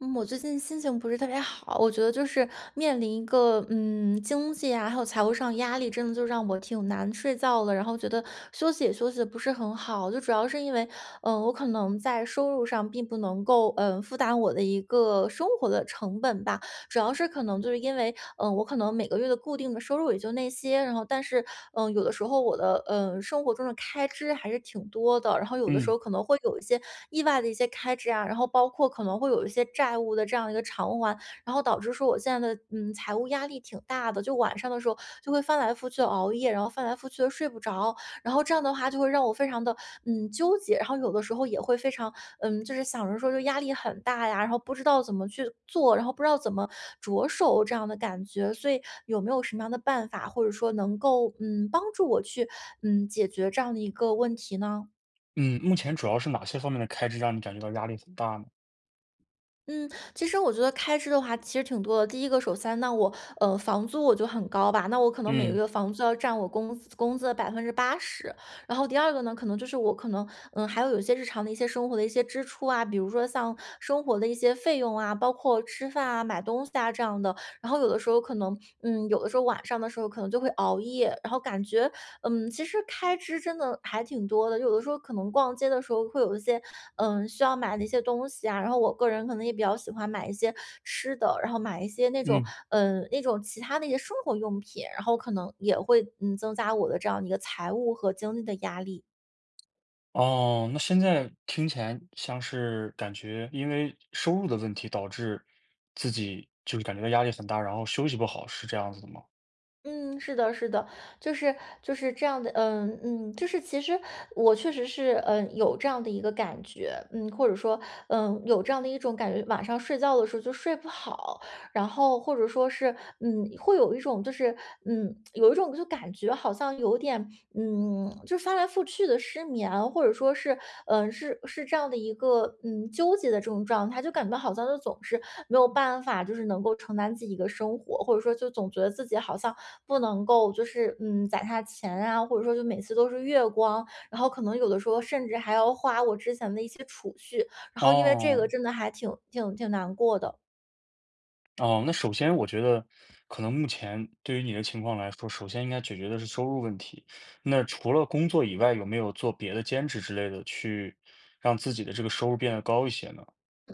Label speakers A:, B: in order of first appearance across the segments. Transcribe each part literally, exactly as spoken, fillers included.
A: 嗯，我最近心情不是特别好，我觉得就是面临一个嗯经济啊，还有财务上压力，真的就让我挺难睡觉的。然后觉得休息也休息的不是很好，就主要是因为嗯，我可能在收入上并不能够嗯负担我的一个生活的成本吧。主要是可能就是因为，嗯，我可能每个月的固定的收入也就那些，然后但是，嗯、有的时候我的，嗯、生活中的开支还是挺多的，然后有的时
B: 嗯，
A: 候可能会有一些意外的一些开支啊，然后包括可能会有一些债务的这样一个偿还，然后导致说我现在的，嗯，财务压力挺大的，就晚上的时候就会翻来覆去的熬夜，然后翻来覆去的睡不着，然后这样的话就会让我非常的嗯纠结，然后有的时候也会非常嗯，就是想着说就压力很大呀，然后不知道怎么去做，然后不知道怎么着手这样的感觉。所以有没有什么样的办法，或者说能够嗯帮助我去嗯解决这样的一个问题呢？
B: 嗯，目前主要是哪些方面的开支让你感觉到压力很大呢？
A: 嗯，其实我觉得开支的话其实挺多的。第一个，首先那我，呃，房租我就很高吧，那我可能每个
B: 嗯，
A: 月房租要占我工资工资的百分之八十。然后第二个呢，可能就是我可能，嗯，还有有一些日常的一些生活的一些支出啊，比如说像生活的一些费用啊，包括吃饭啊、买东西啊这样的。然后有的时候可能，嗯，有的时候晚上的时候可能就会熬夜，然后感觉，嗯，其实开支真的还挺多的。有的时候可能逛街的时候会有一些，嗯，需要买的一些东西啊，然后我个人可能也比较喜欢买一些吃的，然后买一些那种，
B: 嗯，
A: 嗯，那种其他的一些生活用品，然后可能也会，嗯，增加我的这样一个财务和经济的压力。
B: 哦，那现在听起来像是感觉因为收入的问题导致自己就是感觉到压力很大，然后休息不好，是这样子的吗？
A: 嗯，是的，是的，就是就是这样的，嗯嗯，就是其实我确实是，嗯，有这样的一个感觉，嗯，或者说，嗯，有这样的一种感觉，晚上睡觉的时候就睡不好，然后或者说是，嗯，会有一种就是，嗯，有一种就感觉好像有点，嗯，就是翻来覆去的失眠，或者说是，嗯、呃是是这样的一个，嗯，纠结的这种状态，就感觉好像就总是没有办法，就是能够承担自己的生活，或者说就总觉得自己好像不能够，就是，嗯，攒下钱啊，或者说就每次都是月光，然后可能有的时候甚至还要花我之前的一些储蓄，然后因为这个
B: 哦，
A: 真的还挺挺挺难过的。
B: 哦，那首先我觉得可能目前对于你的情况来说，首先应该解决的是收入问题。那除了工作以外，有没有做别的兼职之类的，去让自己的这个收入变得高一些呢？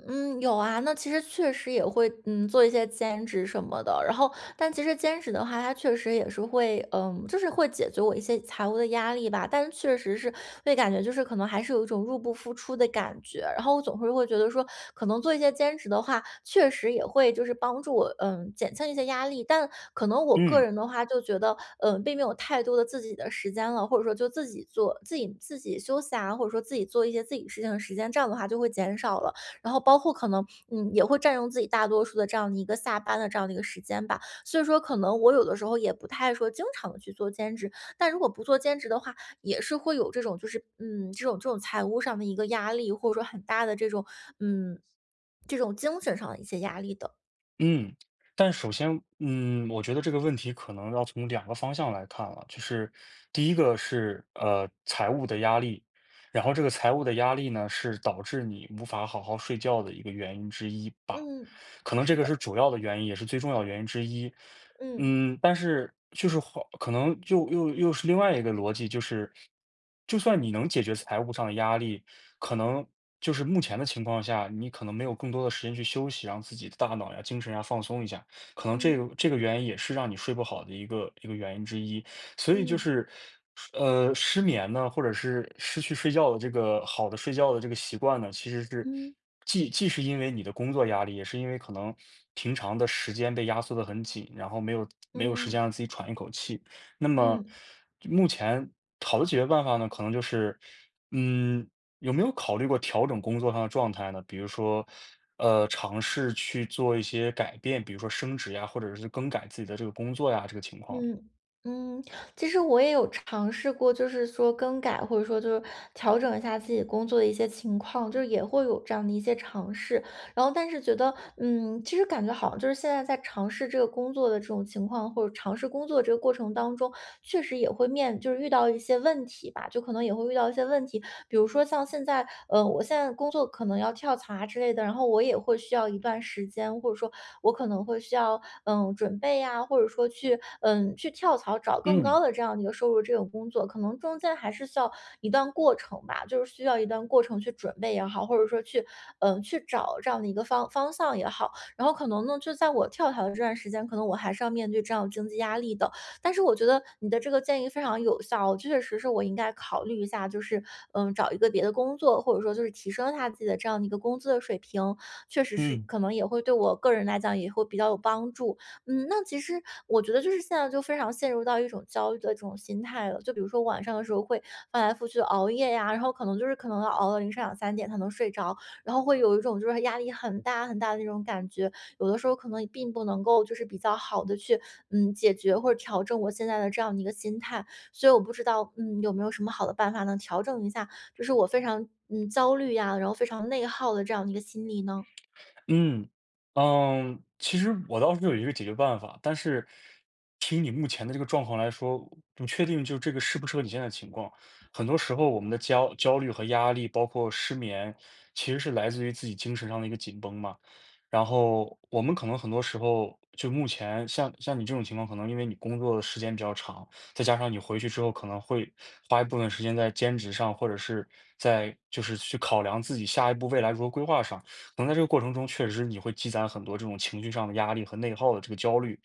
A: 嗯，有啊，那其实确实也会，嗯，做一些兼职什么的。然后，但其实兼职的话，它确实也是会，嗯，就是会解决我一些财务的压力吧。但是确实是会感觉就是可能还是有一种入不敷出的感觉。然后我总是会觉得说，可能做一些兼职的话，确实也会就是帮助我，嗯，减轻一些压力。但可能我个
B: 嗯。
A: 人的话，就觉得，嗯，并没有太多的自己的时间了，或者说就自己做自己自己休息啊，或者说自己做一些自己事情的时间，这样的话就会减少了。然后包括可能，嗯，也会占用自己大多数的这样的一个下班的这样的一个时间吧。所以说可能我有的时候也不太说经常的去做兼职，但如果不做兼职的话，也是会有这种就是，嗯，这种这种财务上的一个压力，或者说很大的这种，嗯，这种精神上的一些压力的。
B: 嗯，但首先，嗯，我觉得这个问题可能要从两个方向来看了，就是第一个是呃财务的压力，然后这个财务的压力呢是导致你无法好好睡觉的一个原因之一吧，
A: 嗯，
B: 可能
A: 是
B: 这个是
A: 的，
B: 主要的原因，也是最重要的原因之一。
A: 嗯，
B: 嗯，但是就是好，可能又又又是另外一个逻辑，就是就算你能解决财务上的压力。可能就是目前的情况下，你可能没有更多的时间去休息，让自己的大脑呀、精神呀放松一下，可能
A: 嗯，
B: 这个这个原因也是让你睡不好的一个一个原因之一。所以就
A: 嗯，
B: 是，呃，失眠呢，或者是失去睡觉的这个好的睡觉的这个习惯呢，其实是
A: 嗯，
B: 既既是因为你的工作压力，也是因为可能平常的时间被压缩的很紧，然后没有没有时
A: 嗯，
B: 间让自己喘一口气。那么
A: 嗯。
B: 目前好的解决办法呢，可能就是，嗯，有没有考虑过调整工作上的状态呢？比如说，呃，尝试去做一些改变，比如说升职呀，或者是更改自己的这个工作呀，这个情况。
A: 嗯，嗯，其实我也有尝试过，就是说更改，或者说就是调整一下自己工作的一些情况，就是也会有这样的一些尝试。然后，但是觉得，嗯，其实感觉好像就是现在在尝试这个工作的这种情况，或者尝试工作这个过程当中，确实也会面，就是遇到一些问题吧，就可能也会遇到一些问题，比如说像现在，呃，我现在工作可能要跳槽啊之类的，然后我也会需要一段时间，或者说我可能会需要，嗯，准备呀、或者说去，嗯，去跳槽找更高
B: 嗯
A: 的这样的一个收入这种工作，可能中间还是需要一段过程吧，就是需要一段过程去准备也好，或者说去，嗯，去找这样的一个方方向也好，然后可能呢，就在我跳槽的这段时间，可能我还是要面对这样的经济压力的，但是我觉得你的这个建议非常有效，确实是我应该考虑一下，就是嗯，找一个别的工作，或者说就是提升一下自己的这样的一个工资的水平，确实是
B: 嗯。
A: 可能也会对我个人来讲也会比较有帮助。嗯，那其实我觉得就是现在就非常陷入到一种焦虑的这种心态了，就比如说晚上的时候会翻来覆去的熬夜呀，然后可能就是可能要熬到凌晨两三点才能睡着，然后会有一种就是压力很大很大的那种感觉，有的时候可能并不能够就是比较好的去嗯，解决或者调整我现在的这样的一个心态。所以我不知道，嗯，有没有什么好的办法能调整一下，就是我非常嗯焦虑呀，然后非常内耗的这样的一个心理呢？
B: 嗯，嗯，其实我倒是有一个解决办法，但是听你目前的这个状况来说，不确定就这个适不适合你现在的情况。很多时候，我们的焦焦虑和压力，包括失眠，其实是来自于自己精神上的一个紧绷嘛。然后我们可能很多时候，就目前像像你这种情况，可能因为你工作的时间比较长，再加上你回去之后可能会花一部分时间在兼职上，或者是在就是去考量自己下一步未来如何规划上。可能在这个过程中，确实你会积攒很多这种情绪上的压力和内耗的这个焦虑，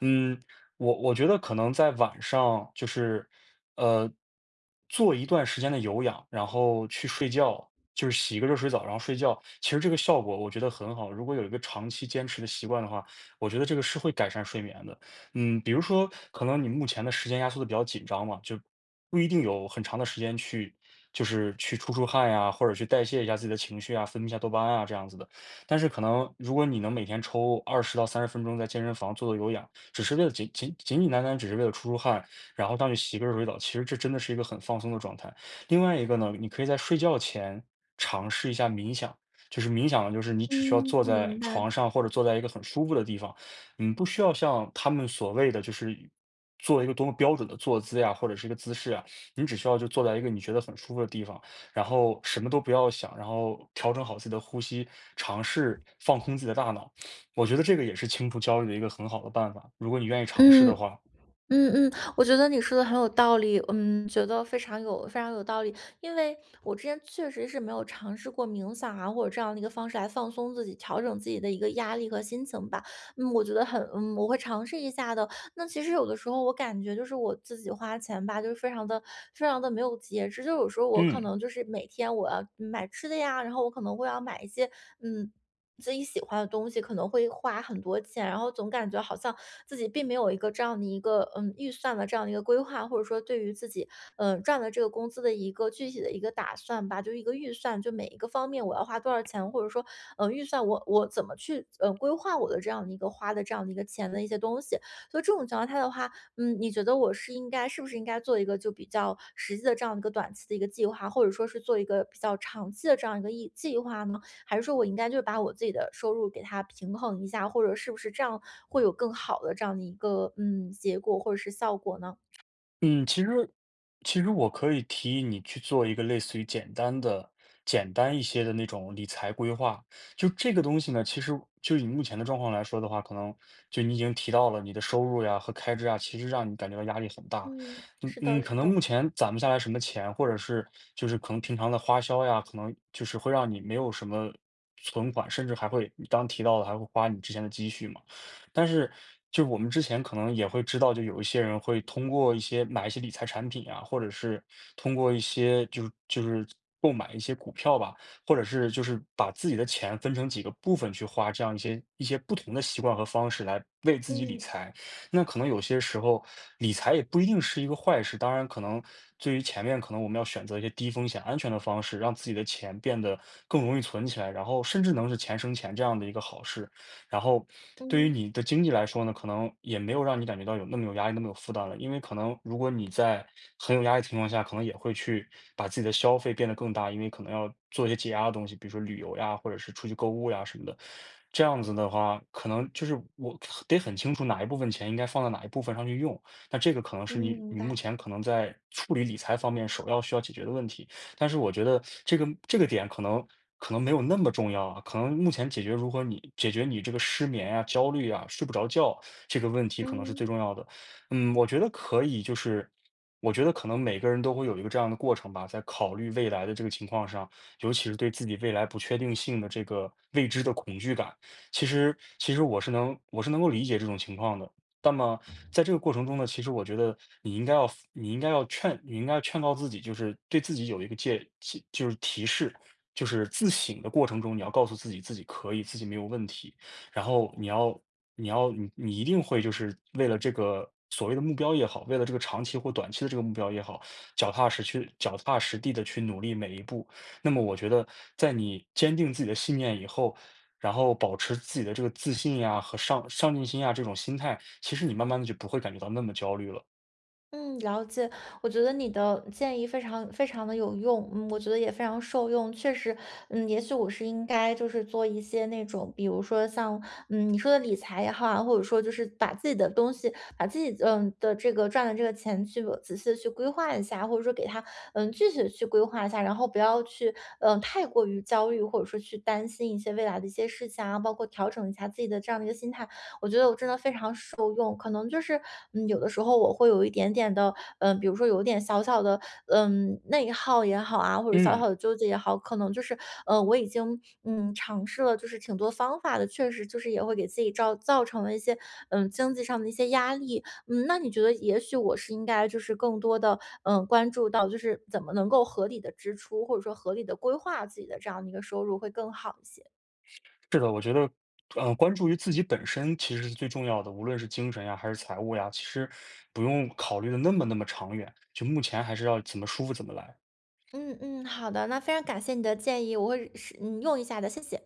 B: 嗯，我我觉得可能在晚上就是，呃，做一段时间的有氧，然后去睡觉，就是洗一个热水澡，然后睡觉。其实这个效果我觉得很好，如果有一个长期坚持的习惯的话，我觉得这个是会改善睡眠的。嗯，比如说，可能你目前的时间压缩的比较紧张嘛，就不一定有很长的时间去，就是去出出汗呀，或者去代谢一下自己的情绪啊，分泌一下多巴胺啊这样子的。但是可能如果你能每天抽二十到三十分钟在健身房做做有氧，只是为了简简简简单单只是为了出出汗，然后上去洗个热水澡，其实这真的是一个很放松的状态。另外一个呢，你可以在睡觉前尝试一下冥想，就是冥想呢，就是你只需要
A: 嗯，
B: 坐在
A: 明白。
B: 床上或者坐在一个很舒服的地方，嗯，不需要像他们所谓的就是做一个多么标准的坐姿呀，或者是一个姿势啊，你只需要就坐在一个你觉得很舒服的地方，然后什么都不要想，然后调整好自己的呼吸，尝试放空自己的大脑。我觉得这个也是清除焦虑的一个很好的办法，如果你愿意尝试的
A: 嗯。
B: 话。
A: 嗯嗯，我觉得你说的很有道理，嗯，觉得非常有非常有道理。因为我之前确实是没有尝试过冥想啊，或者这样的一个方式来放松自己、调整自己的一个压力和心情吧。嗯，我觉得很，嗯，我会尝试一下的。那其实有的时候我感觉就是我自己花钱吧，就是非常的、非常的没有节制。就有时候我可
B: 嗯，
A: 能就是每天我要买吃的呀，然后我可能会要买一些，嗯，自己喜欢的东西可能会花很多钱，然后总感觉好像自己并没有一个这样的一个嗯预算的这样的一个规划，或者说对于自己嗯赚的这个工资的一个具体的一个打算吧，就是一个预算，就每一个方面我要花多少钱，或者说嗯预算我我怎么去呃规划我的这样的一个花的这样的一个钱的一些东西。所以这种情况下的话，嗯，你觉得我是应该是不是应该做一个就比较实际的这样一个短期的一个计划，或者说是做一个比较长期的这样一个计计划呢？还是说我应该就是把我自己的收入给它平衡一下，或者是不是这样会有更好的这样的一个嗯结果或者是效果呢？
B: 嗯，其实其实我可以提议你去做一个类似于简单的简单一些的那种理财规划。就这个东西呢，其实就以目前的状况来说的话，可能就你已经提到了你的收入呀和开支啊，其实让你感觉到压力很大。
A: 嗯，
B: 嗯
A: 是的，
B: 嗯，可
A: 是
B: 能目
A: 的，
B: 前攒不下来什么钱，或者是就是可能平常的花销呀，可能就是会让你没有什么存款，甚至还会你刚提到的还会花你之前的积蓄嘛。但是就是我们之前可能也会知道，就有一些人会通过一些买一些理财产品啊，或者是通过一些就是就是购买一些股票吧，或者是就是把自己的钱分成几个部分去花，这样一些一些不同的习惯和方式来为自己理
A: 嗯
B: 财。那可能有些时候理财也不一定是一个坏事，当然可能对于前面可能我们要选择一些低风险安全的方式，让自己的钱变得更容易存起来，然后甚至能是钱生钱这样的一个好事。然后对于
A: 嗯
B: 你的经济来说呢，可能也没有让你感觉到有那么有压力、那么有负担了。因为可能如果你在很有压力的情况下，可能也会去把自己的消费变得更大，因为可能要做一些解压的东西，比如说旅游呀，或者是出去购物呀什么的。这样子的话，可能就是我得很清楚哪一部分钱应该放在哪一部分上去用。那这个可能
A: 嗯，
B: 是你
A: 明
B: 你目
A: 白，
B: 前可能在处理理财方面首要需要解决的问题。但是我觉得这个这个点可能可能没有那么重要啊，可能目前解决如何你解决你这个失眠啊、焦虑啊、睡不着觉这个问题可能是
A: 嗯。
B: 最重要的。嗯，我觉得可以，就是我觉得可能每个人都会有一个这样的过程吧，在考虑未来的这个情况上，尤其是对自己未来不确定性的这个未知的恐惧感，其实其实我是能我是能够理解这种情况的。那么在这个过程中呢，其实我觉得你应该要你应该要劝你应该要劝告自己，就是对自己有一个戒，戒就是提示，就是自省的过程中，你要告诉自己自己可以，自己没有问题。然后你要你要你你一定会就是为了这个所谓的目标也好，为了这个长期或短期的这个目标也好，脚踏实去脚踏实地的去努力每一步。那么我觉得，在你坚定自己的信念以后，然后保持自己的这个自信呀和上上进心呀这种心态，其实你慢慢的就不会感觉到那么焦虑了。
A: 嗯，了解。我觉得你的建议非常非常的有用，嗯，我觉得也非常受用。确实，嗯，也许我是应该就是做一些那种，比如说像嗯你说的理财也好啊，或者说就是把自己的东西，把自己嗯的这个赚的这个钱去仔细的去规划一下，或者说给它嗯具体的去规划一下，然后不要去嗯太过于焦虑，或者说去担心一些未来的一些事情啊，包括调整一下自己的这样的一个心态。我。够用，可能就是，嗯，有的时候我会有一点点的，嗯，比如说有点小小的，嗯，内耗也好啊，或者小
B: 嗯，
A: 小的纠结也好，可能就是，呃，我已经，嗯，尝试了就是挺多方法的，确实就是也会给自己造造成了一些，嗯，经济上的一些压力。嗯，那你觉得也许我是应该就是更多的，嗯，关注到就是怎么能够合理的支出，或者说合理的规划自己的这样的一个收入会更好一些。
B: 是的，我觉得，呃，关注于自己本身其实是最重要的，无论是精神呀还是财务呀，其实不用考虑的那么那么长远，就目前还是要怎么舒服怎么来。
A: 嗯嗯，好的，那非常感谢你的建议，我会是嗯用一下的，谢谢。